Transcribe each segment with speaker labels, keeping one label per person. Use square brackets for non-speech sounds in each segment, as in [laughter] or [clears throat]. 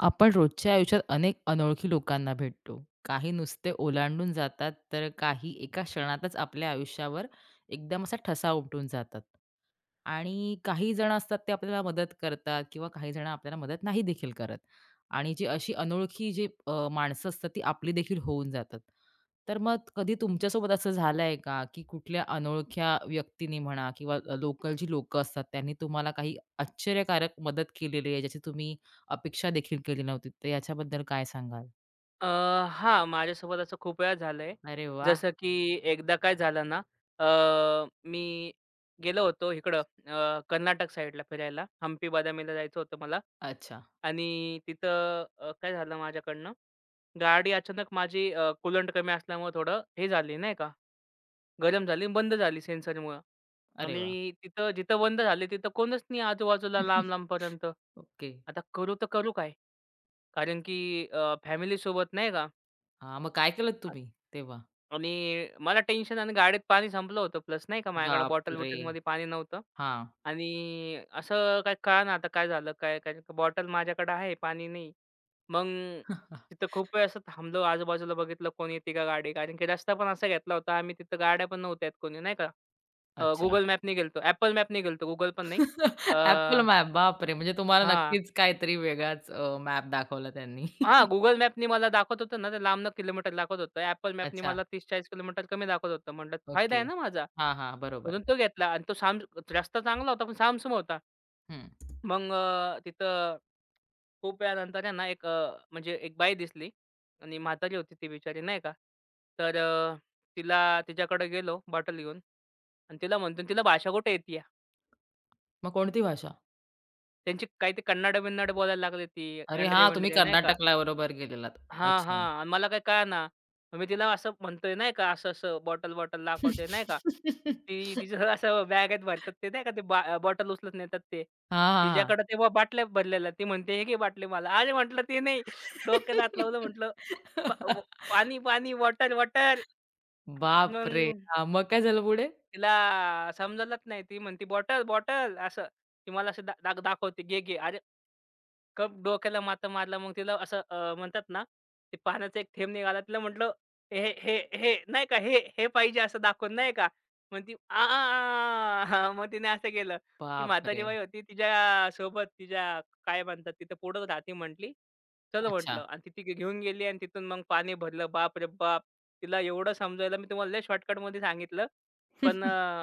Speaker 1: आपण रोजच्या आयुष्यात अनेक अनोळखी लोकांना भेटतो. काही नुसते ओलांडून जातात, तर काही एका क्षणातच आपल्या आयुष्यावर एकदम असा ठसा उमटून जातात. आणि काही जण असतात ते आपल्याला मदत करतात किंवा काही जण आपल्याला मदत नाही देखील करत. आणि जी अशी अनोळखी जी माणसं असतात ती आपली देखील होऊन जातात. तर मग कधी तुमच्यासोबत असं झालंय का, की कुठल्या अनोळख्या व्यक्तीने म्हणा किंवा लोकल जी लोकं असतात त्यांनी तुम्हाला काही आश्चर्यकारक मदत केलेली आहे, ज्याची तुम्ही अपेक्षा देखील केली नव्हती, तर याच्याबद्दल काय सांगाल?
Speaker 2: हां, माझ्यासोबत असं खूप वेळा झालंय.
Speaker 1: अरे वाह!
Speaker 2: जसं की एकदा काय झालं ना, अ, मी गेलो होतो इकडं कर्नाटक साईडला फिरायला. हम्पी बदामीला जायचं होतं मला
Speaker 1: अच्छा.
Speaker 2: आणि तिथं काय झालं माझ्याकडनं, गाडी अचानक माझी कूलंट कमी असल्यामुळं थोडं हे झाली नाही का, गरम झाली आणि बंद झाली सेन्सरमुळं
Speaker 1: अरे वाह!
Speaker 2: आणि तिथं जिथं बंद झाली तिथं कोणच नाही आजूबाजूला
Speaker 1: [laughs]
Speaker 2: लांब-लांबपर्यंत.
Speaker 1: ओके.
Speaker 2: आता करू तर करू काय? कारण की फॅमिलीसोबत नाही का
Speaker 1: हां, मग काय केलत तुम्ही तेव्हा?
Speaker 2: आणि मला टेन्शन आणि गाडीत पाणी संपलं होतं प्लस नाही का माझ्याकडे
Speaker 1: बापरे!
Speaker 2: बॉटल-बिटलमध्ये पाणी नव्हतं.
Speaker 1: हां.
Speaker 2: आणि असं काय कळेना आता काय झालं काय? कारण बॉटल माझ्याकडे आहे, पाणी नाही. मग
Speaker 1: [laughs]
Speaker 2: तिथं खूप वेळ असं थांबलो, आजूबाजूला बघितलं कोण येते का गाडी? कारण की रस्ता पण असा घेतला होता आम्ही तिथं गाड्या पण नव्हत्या आहेत कोणी नाही का.
Speaker 1: अच्छा.
Speaker 2: Google गेलतो, Apple मॅपनी गेलतो, Google पण नाही. अ,
Speaker 1: [laughs] Apple मॅप बापरे! म्हणजे तुम्हाला
Speaker 2: हां.
Speaker 1: नक्कीच काहीतरी वेगळाच मॅप दाखवला त्यांनी.
Speaker 2: हां,
Speaker 1: [laughs]
Speaker 2: Google मॅपनी मला दाखवत होतं ना, ते लांबनं किलोमीटर दाखवत होतं. Apple मॅपनी
Speaker 1: अच्छा.
Speaker 2: मला 30-40 किलोमीटर कमी दाखवत होतं. म्हटलं फायदा
Speaker 1: ओके.
Speaker 2: आहे ना माझा.
Speaker 1: हां, हां. बरोबर.
Speaker 2: म्हणून तो घेतला आणि तो साम रस्ता चांगला होता, पण सामसूम होता.
Speaker 1: हं.
Speaker 2: मग तिथं खूप वेळानंतर आहे ना, एक म्हणजे एक बाई दिसली आणि म्हातारी होती ती बिचारी नाही का. तर तिला तिच्याकडे गेलो बॉटल घेऊन आणि तिला म्हणतो, "तिला भाषा कुठे येतीये?"
Speaker 1: मग कोणती भाषा?
Speaker 2: त्यांची काही ते कन्नड-बिन्नड बोलायला लागली ती,
Speaker 1: अरे हां, तुम्ही
Speaker 2: एंड्रे-वेंड्रे नाही का.
Speaker 1: कर्नाटकला बरोबर गेलेलात.
Speaker 2: हां,
Speaker 1: अच्छा.
Speaker 2: हां. आणि मला काही कळेना. मग मी तिला असं म्हणतोय नाही का, असं-असं बॉटल-बॉटल दाखवते नाही का. ती
Speaker 1: [laughs]
Speaker 2: तिचं [laughs] असं बॅगेत भरतात ते नाही का ते बॉटल उचलत नेतात ते.
Speaker 1: हां, हां, हां.
Speaker 2: तिच्याकडे तेव्हा बाटल्या भरलेल्या. ती म्हणते, "हे घे बाटली मला." अरे म्हटलं, "ते नाही." डोक्याला हात लावलं म्हटलं, "पा व
Speaker 1: [laughs]
Speaker 2: पाणी, पाणी, वॉटर, वॉटर."
Speaker 1: बापरे!
Speaker 2: मग
Speaker 1: हां, मग काय झालं पुढे?
Speaker 2: तिला समजलंच नाही. ती म्हणते, "बॉटल, बॉटल." असं. ती मला असं दा दा- दाखवते, "घे, घे." अरे कप डोक्याला माता मारला. मग तिला असं म्हणतात ना, ते पाण्याचा एक थेंब निघाला. तिला म्हटलं, "हे, हे, हे नाही का हे, हे पाहिजे" असं दाखवून नाही का. मग ती "आ, आ, आ, आ." मग तिने असं केलं. ती म्हातारी
Speaker 1: बापरे!
Speaker 2: बाई होती तिच्या सोबत तिच्या काय म्हणतात तिथं पुढं राहते म्हटली. चल म्हटलं
Speaker 1: अच्छा.
Speaker 2: आणि ती ती घेऊन गेली आणि तिथून मग पाणी भरलं. बाप रे बाप! तिला एवढं समजायला मी तुम्हाला लय शॉर्टकटमध्ये सांगितलं. पण
Speaker 1: [laughs]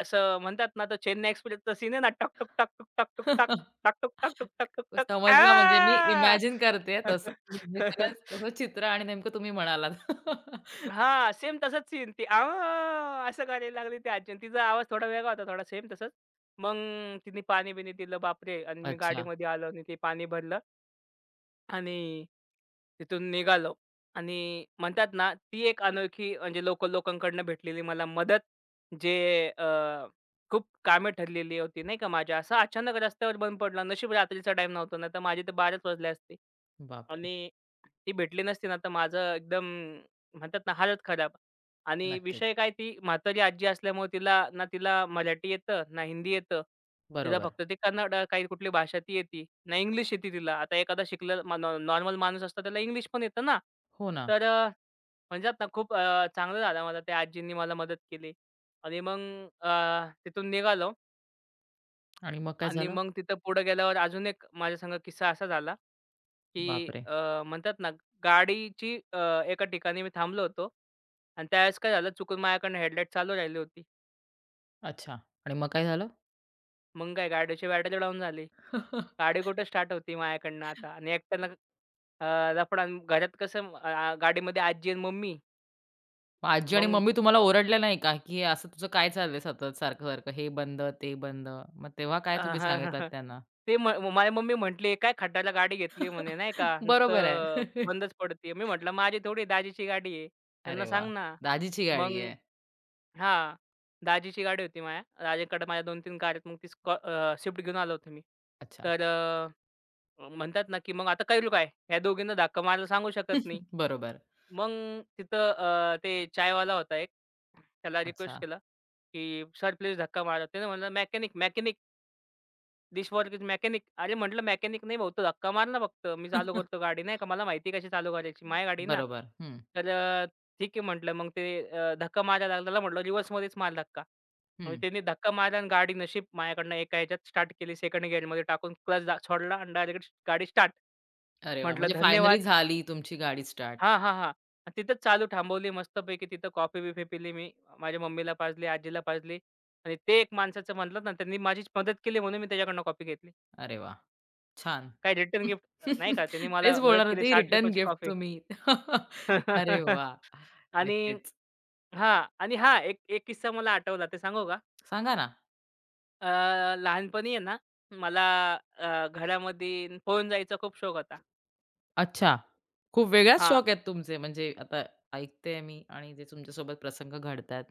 Speaker 2: असं म्हणतात ना, तर चेन्नई एक्सप्रेसचा सीन आहे ना, टक, टुक, टक, टुक, टक, टक. टक टुक टक
Speaker 1: [laughs]
Speaker 2: टुक टक टुक टक
Speaker 1: समजलं म्हणजे मी
Speaker 2: आ!
Speaker 1: इमॅजिन करते तसं म्हणजे खरंच
Speaker 2: [laughs]
Speaker 1: तसं चित्र आणि नेमकं तुम्ही म्हणालात. [laughs]
Speaker 2: हां, सेम तसाच सीन ती आ असं करायला लागली ती आजी आणि तिचा आवाज थोडा वेगळा होता, थोडा सेम तसाच. मग तिने पाणी-बिणी दिलं बापरे! आणि मी
Speaker 1: अच्छा.
Speaker 2: गाडीमध्ये आलो आणि ते पाणी भरलं आणि तिथून निघालो आणि म्हणतात ना, ती एक अनोळखी म्हणजे लोकं लोकांकडनं भेटलेली मला मदत, जे अ, खूप कामे ठरलेली होती नाही का माझ्या. असं अचानक रस्त्यावर बंद पडला. नशीब रात्रीचा टाईम नव्हता, नाहीतर माझी तर 12च वाजले असते.
Speaker 1: बापरे!
Speaker 2: आणि ती भेटली नसती ना, तर माझं एकदम म्हणतात ना हालत खराब. आणि
Speaker 1: नक्कीच.
Speaker 2: विषय काय ती म्हातारी आजी असल्यामुळे तिला ना तिला मराठी येतं, ना हिंदी येतं. तिला
Speaker 1: बरोबर.
Speaker 2: फक्त ते कन्नड काही कुठली भाषा ती येती. ना इंग्लिश येती तिला. आता एखादा शिकलेला नॉर्मल माणूस असतो त्याला इंग्लिश पण येतं ना.
Speaker 1: हो ना.
Speaker 2: तर म्हणतात ना खूप चांगलं झालं मला त्या आजींनी मला मदत केली. आणि मग तिथून निघालो
Speaker 1: आणि मग काय
Speaker 2: आणि
Speaker 1: झालं?
Speaker 2: मग तिथं पुढे गेल्यावर अजून एक माझ्या संग किस्सा असा झाला की
Speaker 1: बापरे!
Speaker 2: म्हणतात ना गाडीची अ, एका ठिकाणी मी थांबलो होतो आणि त्यावेळेस काय झालं चुकून माझ्याकडनं हेडलाईट चालू राहिली होती.
Speaker 1: अच्छा. आणि मग काय झालं?
Speaker 2: मग काय गाडीची बॅटरी डाऊन झाली.
Speaker 1: [laughs]
Speaker 2: गाडी कुठे स्टार्ट होती माझ्याकडनं आता आणि एकट्यानं अ, लफडा अन् घरात कसं गाडीमध्ये आजी आणि मम्मी.
Speaker 1: मग आजी आणि
Speaker 2: मग
Speaker 1: मम्मी तुम्हाला ओरडल्या नाही का, की "हे असं तुझं काय चाललंय सतत सारखं-सारखं हे बंद, ते बंद." मग तेव्हा काय
Speaker 2: हां,
Speaker 1: तुम्ही
Speaker 2: हां,
Speaker 1: सांगितलात
Speaker 2: हां.
Speaker 1: त्यांना?
Speaker 2: ते म म- माझी मम्मी म्हटली, "काय खड्ड्याला गाडी घेतली?" म्हणे नाही का,
Speaker 1: [laughs] बरोबर
Speaker 2: "नुसतं
Speaker 1: आहे. [laughs]
Speaker 2: बंदच पडते." मी म्हटलं, "माझी थोडी दाजीची गाडी आहे.
Speaker 1: अरे
Speaker 2: त्यांना
Speaker 1: वाह!
Speaker 2: सांग ना."
Speaker 1: दाजीची
Speaker 2: मग
Speaker 1: गाडी आहे.
Speaker 2: हां. दाजीची गाडी होती माझ्या. दाजीकडे माझ्या 2-3 कार आहेत. मग ती स्विफ्ट घेऊन आलो होतो मी.
Speaker 1: अच्छा.
Speaker 2: तर म्हणतात ना, की मग आता करू काय? ह्या दोघींना धक्का मारायला सांगू शकत नाही.
Speaker 1: [laughs] बरोबर.
Speaker 2: मग तिथं ते चायवाला होता एक. त्याला
Speaker 1: अच्छा.
Speaker 2: रिक्वेस्ट केला की "सर प्लीज धक्का मारा." त्याने म्हणलं, "मेकॅनिक, मेकॅनिक." डिशवॉर्किंग मेकॅनिक. अरे म्हटलं मेकॅनिक नाही भाऊ, तू धक्का मार ना फक्त. मी चालू करतो
Speaker 1: [laughs]
Speaker 2: गाडी नाही का. मला माहिती कशी चालू करायची. माझी गाडी ना.
Speaker 1: बरोबर.
Speaker 2: तर ठीक आहे म्हटलं. मग ते धक्का मारायला लागला. त्याला म्हटलं रिव्हर्समध्येच मार धक्का. मग
Speaker 1: हं.
Speaker 2: त्यांनी धक्का मारला आणि गाडी नशीब माझ्याकडनं एका ह्याच्यात स्टार्ट केली. सेकंड गिअरमध्ये टाकून क्लच सोडला आणि डायरेक्ट गाडी स्टार्ट.
Speaker 1: अरे वाह!
Speaker 2: म्हटलं
Speaker 1: म्हणजे फायनली
Speaker 2: धन्यवाद.
Speaker 1: झाली तुमची गाडी स्टार्ट.
Speaker 2: हां, हां, हां. आणि तिथंच चालू थांबवली मस्तपैकी. तिथं कॉफी-बिफी पिली मी. माझ्या मम्मीला पाजली, आजीला पाजली आणि ते एक माणसाचं म्हणलं ना त्यांनी माझीच मदत केली म्हणून मी त्याच्याकडनं कॉफी घेतली.
Speaker 1: अरे वाह! छान.
Speaker 2: काय रिटर्न गिफ्ट नाही का त्यांनी
Speaker 1: [laughs] तेच
Speaker 2: मला मदत
Speaker 1: बोलणार
Speaker 2: केली
Speaker 1: होते रिटर्न
Speaker 2: ₹60 ची
Speaker 1: गिफ्ट
Speaker 2: कॉफी.
Speaker 1: तुम्ही. [laughs] अरे
Speaker 2: [laughs]
Speaker 1: वाह!
Speaker 2: आणि
Speaker 1: नक्कीच.
Speaker 2: हां आणि हां, एक एक किस्सा मला आठवला ते सांगू का?
Speaker 1: सांगा ना.
Speaker 2: अ, लहानपणी आहे ना मला घरामध्ये पळून जायचा खूप शौक होता.
Speaker 1: अच्छा. खूप वेगळाच
Speaker 2: हां.
Speaker 1: शौक आहेत तुमचे म्हणजे आता ऐकतेय मी आणि जे तुमच्यासोबत प्रसंग घडतायत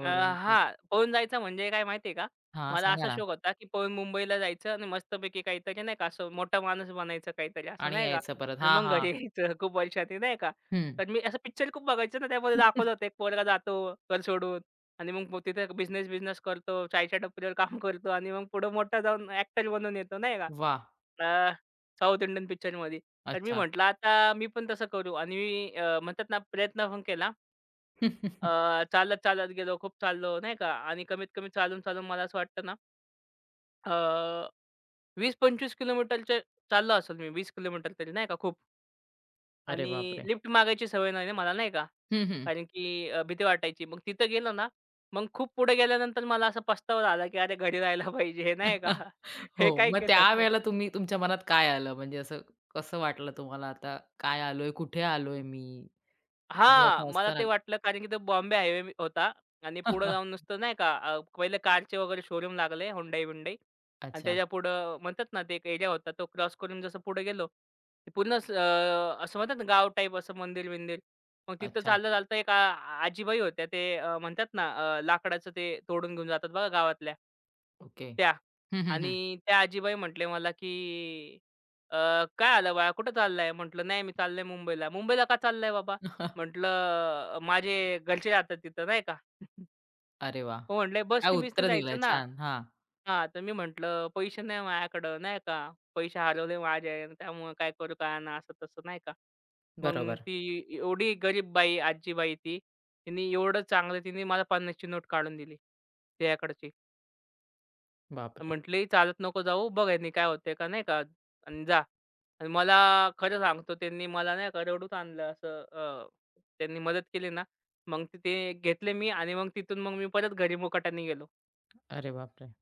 Speaker 2: हां, पळून जायचं म्हणजे काय माहिती आहे का?
Speaker 1: हां,
Speaker 2: मला
Speaker 1: सांगा
Speaker 2: असा
Speaker 1: ना
Speaker 2: शौक होता, की पळून मुंबईला जायचं आणि मस्तपैकी काहीतरी नाही का असं मोठा माणूस बनायचं काहीतरी असं
Speaker 1: आणि
Speaker 2: नाही का
Speaker 1: यायचं परत.
Speaker 2: आणि
Speaker 1: हां,
Speaker 2: मग
Speaker 1: हां.
Speaker 2: घरी [laughs] यायचं खूप वर्षांनी नाही का.
Speaker 1: हं.
Speaker 2: तर मी असं पिक्चर खूप बघायचं ना त्यामध्ये दाखवलं होतं एक पोरगा जातो घर सोडून आणि मग तिथे बिझनेस-बिझनेस करतो, चायच्या टपरीवर काम [laughs] करतो आणि मग पुढं मोठा जाऊन ॲक्टर बनून येतो नाही का
Speaker 1: वाह! [laughs]
Speaker 2: साऊथ इंडियन पिक्चरमध्ये. तर मी
Speaker 1: अच्छा.
Speaker 2: म्हटलं आता मी पण तसं करू आणि मी म्हणतात ना प्रयत्न पण केला. अ,
Speaker 1: [laughs]
Speaker 2: चालत-चालत गेलो, खूप चाललो नाही का आणि कमीत-कमी चालून-चालून मला असं वाटतं ना, अ, 20-25 किलोमीटरचे चाललो असेल मी 20 किलोमीटर तरी नाही का खूप
Speaker 1: अरे
Speaker 2: आणि
Speaker 1: बापरे!
Speaker 2: लिफ्ट मागायची सवय नाही ना मला नाही का.
Speaker 1: हं, हं.
Speaker 2: कारण की भीती वाटायची. मग तिथं गेलो ना, मग खूप पुढे गेल्यानंतर मला असा पस्तावा आला, की अरे घरी राहायला पाहिजे नाही का.
Speaker 1: [laughs]
Speaker 2: [laughs] हे
Speaker 1: हो,
Speaker 2: काय
Speaker 1: मग
Speaker 2: केलं?
Speaker 1: त्यावेळेला तुम्ही तुमच्या मनात काय आलं? म्हणजे असं कसं वाटलं तुम्हाला आता काय आलोय, कुठे आलोय मी? म्हणजे
Speaker 2: हां,
Speaker 1: असं
Speaker 2: मला
Speaker 1: असतं ना
Speaker 2: ते वाटलं कारण की तो बॉम्बे हायवे होता आणि पुढे
Speaker 1: [laughs]
Speaker 2: जाऊन नुसतं नाही का पहिले कारचे वगैरे शोरूम लागले Hyundai-Hyundai आणि
Speaker 1: अच्छा,
Speaker 2: त्याच्यापुढं म्हणतात ना, ते एक एरिया होता तो क्रॉस करून जसं पुढे गेलो, की असं म्हणतात ना, गाव टाईप असं मंदिर-बिंदिर. मग तिथं
Speaker 1: अच्छा.
Speaker 2: चालता-चालता एक आ आजीबाई होत्या ते म्हणतात ना, लाकडाचं ते तोडून घेऊन जातात बघा गावातल्या.
Speaker 1: ओके.
Speaker 2: त्या
Speaker 1: [laughs] हं, हं, हं.
Speaker 2: आणि त्या आजीबाई म्हटले मला, की "अ, काय आलं बाळा, कुठं चाललाय?" म्हटलं, "नाही, मी चाललोय मुंबईला." "मुंबईला का चाललाय बाबा?"
Speaker 1: [laughs]
Speaker 2: म्हटलं माझे घरचे राहतात तिथं नाही का. [laughs]
Speaker 1: अरे वाह!
Speaker 2: मग म्हटले
Speaker 1: काय
Speaker 2: बसनी-बिसनी
Speaker 1: उत्तर दिलंय
Speaker 2: जायचं ना.
Speaker 1: छान. हां,
Speaker 2: हां, तर मी म्हटलं पैसे नाही माझ्याकडं नाही का. पैसे हरवले माझे त्यामुळे काय करू कळेना असं-तसं नाही का. मग
Speaker 1: बरोबर.
Speaker 2: ती एवढी गरीब बाई, आजीबाई ती. तिने एवढं चांगलं तिने मला 50ची नोट काढून दिली. तिच्याकडची.
Speaker 1: बापरे!
Speaker 2: म्हटली चालत नको जाऊ बघ ह्यानी काय होतंय का नाही का आणि जा. आणि मला खरं सांगतो त्यांनी मला नाही का रडूच आणलं असं त्यांनी मदत केली ना, मग ते ते घेतले मी आणि मग तिथून मग मी परत घरी मुकाट्याने गेलो.
Speaker 1: अरे बापरे!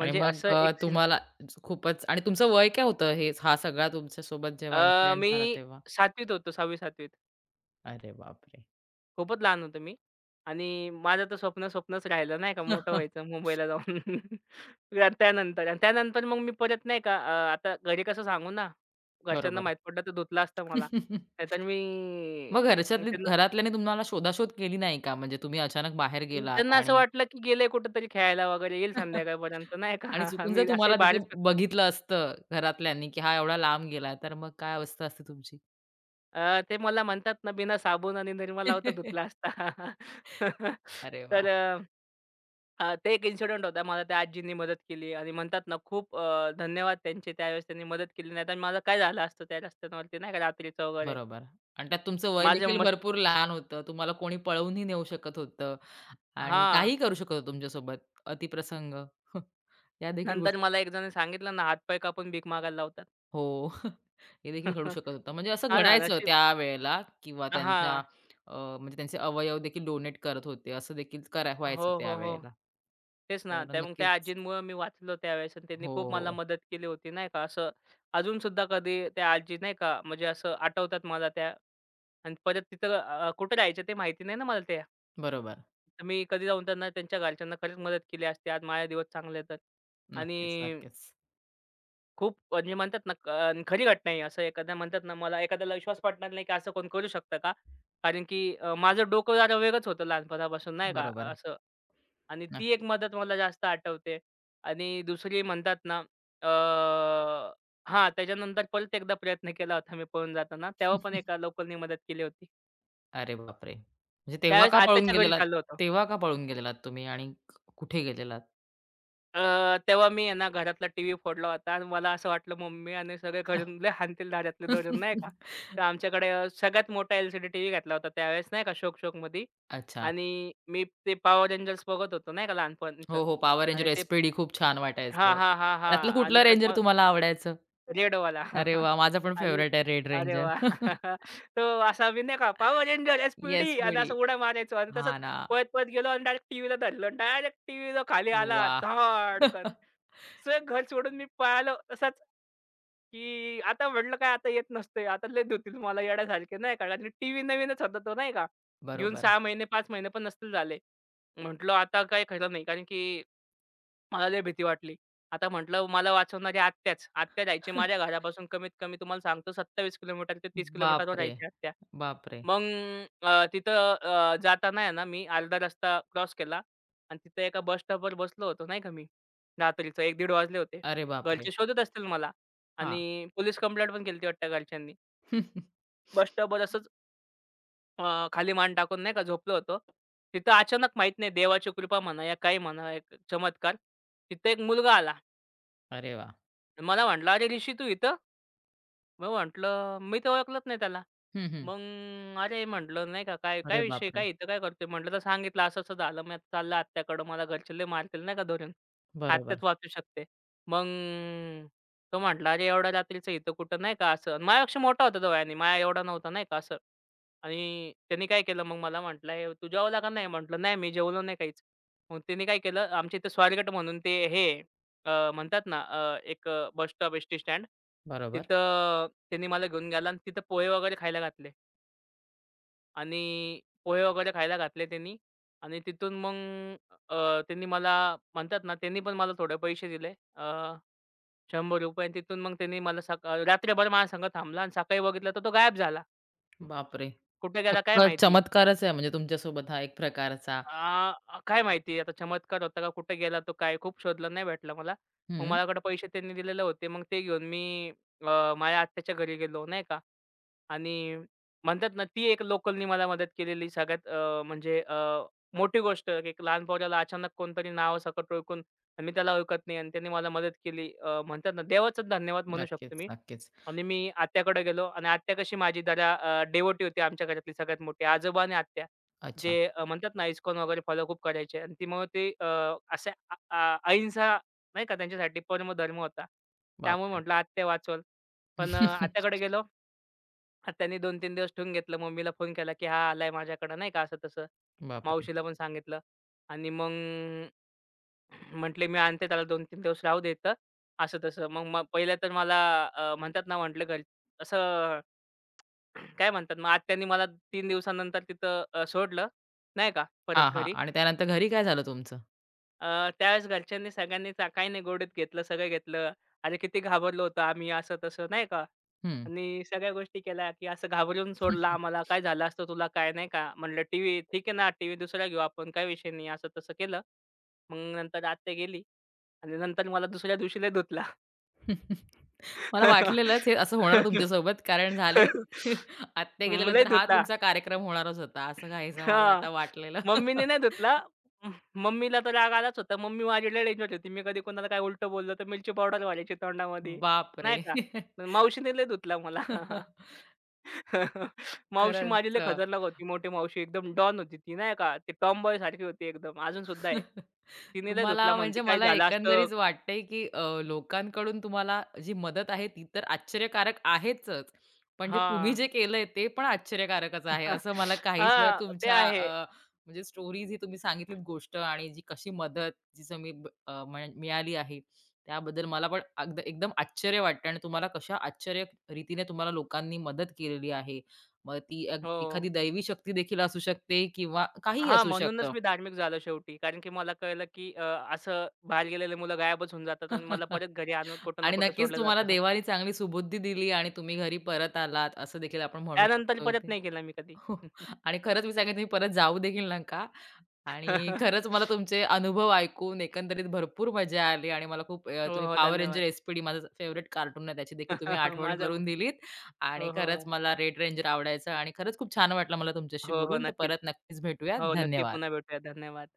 Speaker 1: आणि मग
Speaker 2: असं एक सीन
Speaker 1: तुम्हाला खूपच आणि तुमचं वय काय होतं हे हा सगळा तुमच्यासोबत जेव्हा इन्सिडेंट
Speaker 2: मी
Speaker 1: झाला तेव्हा?
Speaker 2: 7वीत होतो 6वी-7वीत.
Speaker 1: अरे बापरे!
Speaker 2: खूपच लहान होतो मी आणि माझं तर स्वप्नच राहिलं नाही का मोठं व्हायचं
Speaker 1: [laughs]
Speaker 2: मुंबईला जाऊन. [laughs] त्यानंतर आणि त्यानंतर मग मी परत नाही का आता घरी कसं सांगू ना, घरच्यांना
Speaker 1: बरोबर.
Speaker 2: माहीत पडलं तर धुतलं असतं मला.
Speaker 1: [laughs]
Speaker 2: नाहीतर मी
Speaker 1: मग घरच्यातली घरातल्यानी तुम्हाला शोधाशोध केली नाही का? म्हणजे तुम्ही अचानक बाहेर गेलात
Speaker 2: त्यांना असं
Speaker 1: आणि
Speaker 2: वाटलं, की गेले कुठेतरी खेळायला वगैरे, येईल
Speaker 1: [laughs]
Speaker 2: संध्याकाळपर्यंत नाही
Speaker 1: आणि
Speaker 2: का? [laughs]
Speaker 1: चुकून जर
Speaker 2: मी असे
Speaker 1: तुम्हाला तिथे
Speaker 2: बाहेरच
Speaker 1: बघितलं असतं घरातल्यांनी, की हा एवढा लांब गेला, तर मग काय अवस्था असते तुमची?
Speaker 2: ते मला म्हणतात ना, बिना साबून आणि निरमा लावता धुतला
Speaker 1: [laughs]
Speaker 2: असता. [laughs]
Speaker 1: अरे वा
Speaker 2: तर अ, अ, ते एक इन्सिडेंट होता. मला त्या आजींनी मदत केली आणि म्हणतात ना, खूप धन्यवाद त्यांचे. त्यावेळेस त्यांनी मदत केली, नाहीतर माझं काय झालं असतं त्या रस्त्यांवरती नाही का, रात्रीचं वगैरे.
Speaker 1: बरोबर आणि त्यात तुमचं वय
Speaker 2: माझ्या
Speaker 1: देखील
Speaker 2: मस्ती
Speaker 1: भरपूर लहान होतं. तुम्हाला कोणी पळवूनही नेऊ शकत होतं आणि
Speaker 2: हां.
Speaker 1: काहीही करू शकत होतं तुमच्यासोबत. अतिप्रसंग. [laughs] या देखील
Speaker 2: नंतर
Speaker 1: गोष्टी
Speaker 2: मला एक जण सांगितलं ना, हात कापून भीक मागायला लावतात.
Speaker 1: हो. [laughs] हे देखील घडू
Speaker 2: [laughs]
Speaker 1: शकत होतं. म्हणजे असं
Speaker 2: हां ना,
Speaker 1: घडायचं
Speaker 2: नशीब
Speaker 1: त्यावेळेला किंवा त्यांच्या
Speaker 2: हां.
Speaker 1: अ, म्हणजे त्यांचे अवयव देखील डोनेट करत होते. असं देखील करा व्हायचं
Speaker 2: हो, हो, हो.
Speaker 1: त्यावेळेला.
Speaker 2: तेच ना.
Speaker 1: तर
Speaker 2: मग त्या
Speaker 1: नक्कीच.
Speaker 2: आजींमुळं मी वाचलो त्यावेळेस आणि त्यांनी
Speaker 1: हो,
Speaker 2: खूप मला
Speaker 1: हो.
Speaker 2: मदत केली होती नाही का. असं अजूनसुद्धा कधी त्या आजी नाही का म्हणजे असं आठवतात मला त्या आणि परत तिथं कुठे राहायच्या ते माहिती नाही ना मला त्या.
Speaker 1: बरोबर.
Speaker 2: तर मी कधी जाऊन त्यांना त्यांच्या घरच्यांना खरंच मदत केली असती. आज माझे दिवस चांगले तर.
Speaker 1: नक्कीच,
Speaker 2: आणि
Speaker 1: नक्कीच.
Speaker 2: खूप म्हणजे म्हणतात ना खरी घटना आहे. असं एखादा म्हणतात ना मला एखाद्याला विश्वास पटणार नाही की असं कोण करू शकतं का? कारण की माझं डोकं जरा वेगळंच होतं लहानपणापासून नाही का
Speaker 1: बरोबर
Speaker 2: असं. आणि ती एक
Speaker 1: नक्कीच.
Speaker 2: मदत मला जास्त आठवते. आणि दुसरी म्हणतात ना अ, हां, त्याच्यानंतर परत एकदा प्रयत्न केला होता मी पळून जाताना. तेव्हा पण एका लोकलनी मदत केली होती.
Speaker 1: अरे बापरे! म्हणजे तेव्हा
Speaker 2: त्यावेळेस
Speaker 1: का पळून
Speaker 2: आत्याच्या घरी
Speaker 1: गेलेलात?
Speaker 2: चाललो होतो.
Speaker 1: तेव्हा का पळून गेलेलात तुम्ही आणि कुठे गेलेलात?
Speaker 2: अ, तेव्हा मी आहे ना घरातला टीव्ही फोडला होता आणि मला असं वाटलं मम्मी आणि सगळे घरून लय हाणतील दारातले धरून नाही का.
Speaker 1: [laughs]
Speaker 2: तर आमच्याकडे सगळ्यात मोठा LCD टीव्ही घेतला होता त्यावेळेस नाही का शौक-शौकमध्ये
Speaker 1: अच्छा.
Speaker 2: आणि मी ते पॉवर रेंजर्स बघत होतो नाही का लहानपणीचं
Speaker 1: हो, हो. पॉवर रेंजर
Speaker 2: आणि ते
Speaker 1: SPD खूप छान
Speaker 2: हां,
Speaker 1: वाटायचं.
Speaker 2: हां, हां, हां.
Speaker 1: त्यातलं
Speaker 2: आणि
Speaker 1: कुठलं
Speaker 2: त्यात
Speaker 1: रेंजर तुम्हाला आवडायचं?
Speaker 2: रेडवाला.
Speaker 1: अरे
Speaker 2: [laughs]
Speaker 1: वाह! माझा पण
Speaker 2: आणि
Speaker 1: फेव्हराइट आहे रेड
Speaker 2: अरे
Speaker 1: रेंजर.
Speaker 2: वाह!
Speaker 1: [laughs]
Speaker 2: [laughs] तो असा मी नाही का पॉवर रेंजर
Speaker 1: येस
Speaker 2: एसपीडी आणि
Speaker 1: मिडी.
Speaker 2: असं उड्या मारायचो आणि तसंच
Speaker 1: हां ना.
Speaker 2: पळत-पळत गेलो आणि डायरेक्ट टीव्हीला धरलं. डायरेक्ट टीव्हीला खाली आला
Speaker 1: वाह!
Speaker 2: धाड़कन
Speaker 1: [laughs]
Speaker 2: सगळं घर सोडून मी पळालो तसंच, की आता म्हटलं काय आता येत नसतंय. आता लय धुतील मला येड्यासारखे नाही का. आणि टीव्ही नवीनच होता तो नाही का. घेऊन
Speaker 1: बरोबर.
Speaker 2: 6 महिने 5 महिने पण नसतील झाले. म्हटलं आता काही खरं नाही कारण की मला लय भीती वाटली. आता म्हटलं मला वाचवणारी आत्याच. आत्या राहायची माझ्या
Speaker 1: [laughs]
Speaker 2: घरापासून कमीत कमी तुम्हाला सांगतो 27 किलोमीटर ते 30 किलोमीटरवर
Speaker 1: बापरे!
Speaker 2: राहायची आत्या.
Speaker 1: बापरे!
Speaker 2: मग तिथं जाताना आहे ना मी अर्धा रस्ता क्रॉस केला आणि तिथं एका बस स्टॉपवर बसलो होतो नाही का मी रात्रीचं 1:00-1:30 वाजले होते.
Speaker 1: अरे बापरे!
Speaker 2: घरचे शोधत असतील मला
Speaker 1: हां.
Speaker 2: आणि पोलीस कंप्लेंट पण केली वाटतं घरच्यांनी.
Speaker 1: [laughs]
Speaker 2: बस स्टॉपवर असंच खाली मान टाकून नाही का झोपलो होतो. तिथं अचानक माहीत नाही देवाची कृपा म्हणा या काही म्हणा एक चमत्कार. तिथं एक मुलगा आला.
Speaker 1: अरे वाह!
Speaker 2: मला म्हटला, "अरे ऋषी तू इथं?" मग म्हटलं मी तर ओळखलंच नाही त्याला.
Speaker 1: हं, हं.
Speaker 2: मग अरे म्हटलं नाही का, "काय काय
Speaker 1: अरे
Speaker 2: विषय?
Speaker 1: बापरे!
Speaker 2: काय इथं काय करतोय?" म्हटलं तर सांगितलं, "असं-असं झालं, मी आता चाललं आत्याकडं. मला घरचे लय मारतील नाही का धरून. आत्याच
Speaker 1: बरोबर,
Speaker 2: वाचू शकते." मग तो म्हटला, "अरे एवढ्या रात्रीचं इथं कुठं?" नाही का असं. आणि माझ्यापेक्षा मोठा होता तो वयाने, माझ्या एवढा नव्हता नाही का असं. आणि त्यांनी काय केलं मग मला म्हटला, "ए तू जेवला का नाही?" म्हटलं, "नाही मी जेवलो नाही काहीच." मग त्यांनी काय केलं, आमच्या इथं स्वारगेट म्हणून ते हे आहे, म्हणतात ना, एक बस स्टॉप, एसटी स्टँड
Speaker 1: बरोबर.
Speaker 2: तिथं त्यांनी मला घेऊन गेला आणि तिथं पोहे वगैरे खायला घातले आणि पोहे वगैरे खायला घातले त्यांनी आणि तिथून मग त्यांनी मला म्हणतात ना, त्यांनी पण मला थोडे पैसे दिले अ, ₹100 आणि तिथून मग त्यांनी मला सका रात्रभर माझ्या संग थांबला आणि सकाळी बघितलं तर तो गायब झाला.
Speaker 1: बापरे!
Speaker 2: कुठे गेला काय
Speaker 1: चक्क
Speaker 2: माहिती?
Speaker 1: चमत्कारच आहे म्हणजे तुमच्यासोबत हा एक प्रकारचा.
Speaker 2: काय माहिती आता चमत्कार होता का? कुठे गेला तो काय? खूप शोधलं, नाही भेटला मला. मग
Speaker 1: हं.
Speaker 2: माझ्याकडे पैसे त्यांनी दिलेले होते. मग ते घेऊन मी माझ्या आत्याच्या घरी गेलो, नाही का. आणि म्हणतात ना, ती एक लोकलनी मला मदत केलेली सगळ्यात म्हणजे मोठी गोष्ट की एक लहान पोराला अचानक कोणतरी नावासकट ओळखून आणि मी त्याला ओळखत नाही आणि त्यांनी मला मदत केली. म्हणतात ना, देवाचंच धन्यवाद म्हणू
Speaker 1: नक्कीच,
Speaker 2: शकतो मी.
Speaker 1: नक्कीच.
Speaker 2: आणि मी आत्याकडे गेलो आणि आत्या कशी माझी जरा होती आमच्या घरातली सगळ्यात मोठी. आजोबा आणि आत्या. जे
Speaker 1: अच्छा.
Speaker 2: म्हणतात ना ISKCON वगैरे फॉलो खूप करायचे आणि ती मग ते असे अ अ, अहिंसा नाही का त्यांच्यासाठी परमधर्म होता. त्यामुळे
Speaker 1: बापरे!
Speaker 2: म्हटलं आत्या वाचवल. पण आत्याकडे
Speaker 1: [laughs]
Speaker 2: गेलो हां, त्यांनी 2-3 दिवस ठेवून घेतलं. मम्मीला फोन केला, की हा आलाय माझ्याकडं नाही का असं-तसं.
Speaker 1: बापरे!
Speaker 2: मावशीला पण सांगितलं आणि मग म्हटले, "मी आणते त्याला 2-3 दिवस राहू दे असं-तसं. मग मग पहिलं तर मला म्हणतात ना म्हटलं घर असं [clears throat] काय म्हणतात मग आत्यांनी मला 3 दिवसानंतर तिथं सोडलं नाही का परत
Speaker 1: हां, हां.
Speaker 2: घरी.
Speaker 1: आणि त्यानंतर घरी काय झालं तुमचं?
Speaker 2: त्यावेळेस घरच्यांनी सगळ्यांनी चा काही नाही गोडीत घेतलं, सगळं घेतलं. अरे, किती घाबरलो होतो आम्ही असं-तसं नाही का?
Speaker 1: हं.
Speaker 2: आणि सगळ्या गोष्टी केल्या, की असं घाबरून सोडलं
Speaker 1: [laughs]
Speaker 2: आम्हाला. काय झालं असतं तुला काय नाही का? म्हटलं, "टीव्ही ठीक आहे ना, टीव्ही दुसरा घेऊ आपण, काही विषय नाही." असं-तसं केलं. मग नंतर आत्या गेली आणि नंतर मला दुसऱ्या दिवशी लय धुतला.
Speaker 1: [laughs] मला वाटलेलंच हे असं होणार
Speaker 2: [laughs]
Speaker 1: तुमच्यासोबत कारण झाले [laughs] आत्या
Speaker 2: लय
Speaker 1: गेल्यानंतर हा
Speaker 2: धुतला.
Speaker 1: तुमचा कार्यक्रम होणारच होता, असं काहीसं मला
Speaker 2: हां.
Speaker 1: आता वाटलेलं.
Speaker 2: मम्मीने
Speaker 1: [laughs]
Speaker 2: नाही धुतला. म मम्मीला तर राग आलाच होता. मम्मी माझी लय डेंजर होती. मी कधी कोणाला काय उलटं बोललं तर मिरची पावडर घालायची तोंडामध्ये,
Speaker 1: बापरे!
Speaker 2: नाही का. पण मावशीने लय धुतला मला.
Speaker 1: [laughs]
Speaker 2: [laughs] मावशी माझी
Speaker 1: खरंच.
Speaker 2: लय खतरनाक होती. मोठी मावशी एकदम डॉन होती ती, नाही का. ती टॉमबॉय सारखी होती एकदम. अजून सुद्धा आहे.
Speaker 1: [laughs]
Speaker 2: तिने लय धुतला
Speaker 1: तुम्हाला म्हणजे
Speaker 2: म्हणते, "काय
Speaker 1: मला
Speaker 2: झालं असतं."
Speaker 1: एकंदरीत वाटतंय, की लोकांकडून तुम्हाला जी मदत आहे ती तर आश्चर्यकारक आहेच. पण जे तुम्ही
Speaker 2: हां.
Speaker 1: जे केलंय ते पण आश्चर्यकारकच
Speaker 2: हां,
Speaker 1: आहे. असं मला काहीसं
Speaker 2: [laughs] ते
Speaker 1: तुमच्या
Speaker 2: आहे.
Speaker 1: म्हणजे स्टोरीज ही तुम्ही सांगितलीत गोष्ट आणि जी कशी मदत जी तुम्ही ब- अ, म्हण मिळाली आहे. त्याबद्दल मला पण एकदम आश्चर्य वाटतं आणि तुम्हाला कशा आश्चर्य रीतीने तुम्हाला लोकांनी मदत केलेली आहे. मग ती
Speaker 2: हो.
Speaker 1: एखादी दैवी शक्ती देखील असू शकते किंवा काहीही
Speaker 2: हां,
Speaker 1: असू
Speaker 2: म्हणूनच
Speaker 1: शकतं.
Speaker 2: मी धार्मिक झालो शेवटी. कारण की मला कळलं की असं बाहेर गेलेले मुलं गायबच होऊन जातात आणि मला
Speaker 1: [laughs]
Speaker 2: परत घरी आणून कुठं ना
Speaker 1: आणि
Speaker 2: कुठं
Speaker 1: नक्कीच
Speaker 2: सोडलं
Speaker 1: तुम्हाला
Speaker 2: जातं.
Speaker 1: देवाने चांगली सुबुद्धी दिली आणि तुम्ही घरी परत आलात, असं देखील आपण म्हणू
Speaker 2: त्यानंतर
Speaker 1: शकतो
Speaker 2: परत
Speaker 1: इथे.
Speaker 2: नाही केला मी कधी.
Speaker 1: हो आणि खरंच मी सांगेन, तुम्ही परत जाऊ देखील नका आणि
Speaker 2: [laughs]
Speaker 1: खरंच मला तुमचे अनुभव ऐकून एकंदरीत भरपूर मजा आली आणि मला खूप
Speaker 2: हो,
Speaker 1: तुम्ही
Speaker 2: हो.
Speaker 1: पॉवर रेंजर
Speaker 2: धन्यवाद.
Speaker 1: एस माझं फेव्हरेट कार्टून आहे, त्याची देखील तुम्ही
Speaker 2: [laughs]
Speaker 1: आठवण
Speaker 2: माझा
Speaker 1: करून
Speaker 2: पण.
Speaker 1: दिलीत आणि
Speaker 2: हो, हो,
Speaker 1: खरंच
Speaker 2: हो.
Speaker 1: मला रेड रेंजर आवडायचा आणि खरंच खूप छान वाटलं मला तुमच्याशी
Speaker 2: हो, हो.
Speaker 1: बोलून. तर
Speaker 2: नक्कीच.
Speaker 1: परत नक्कीच भेटूया.
Speaker 2: हो, नक्की. पुन्हा
Speaker 1: धन्यवाद.
Speaker 2: भेटूया. धन्यवाद.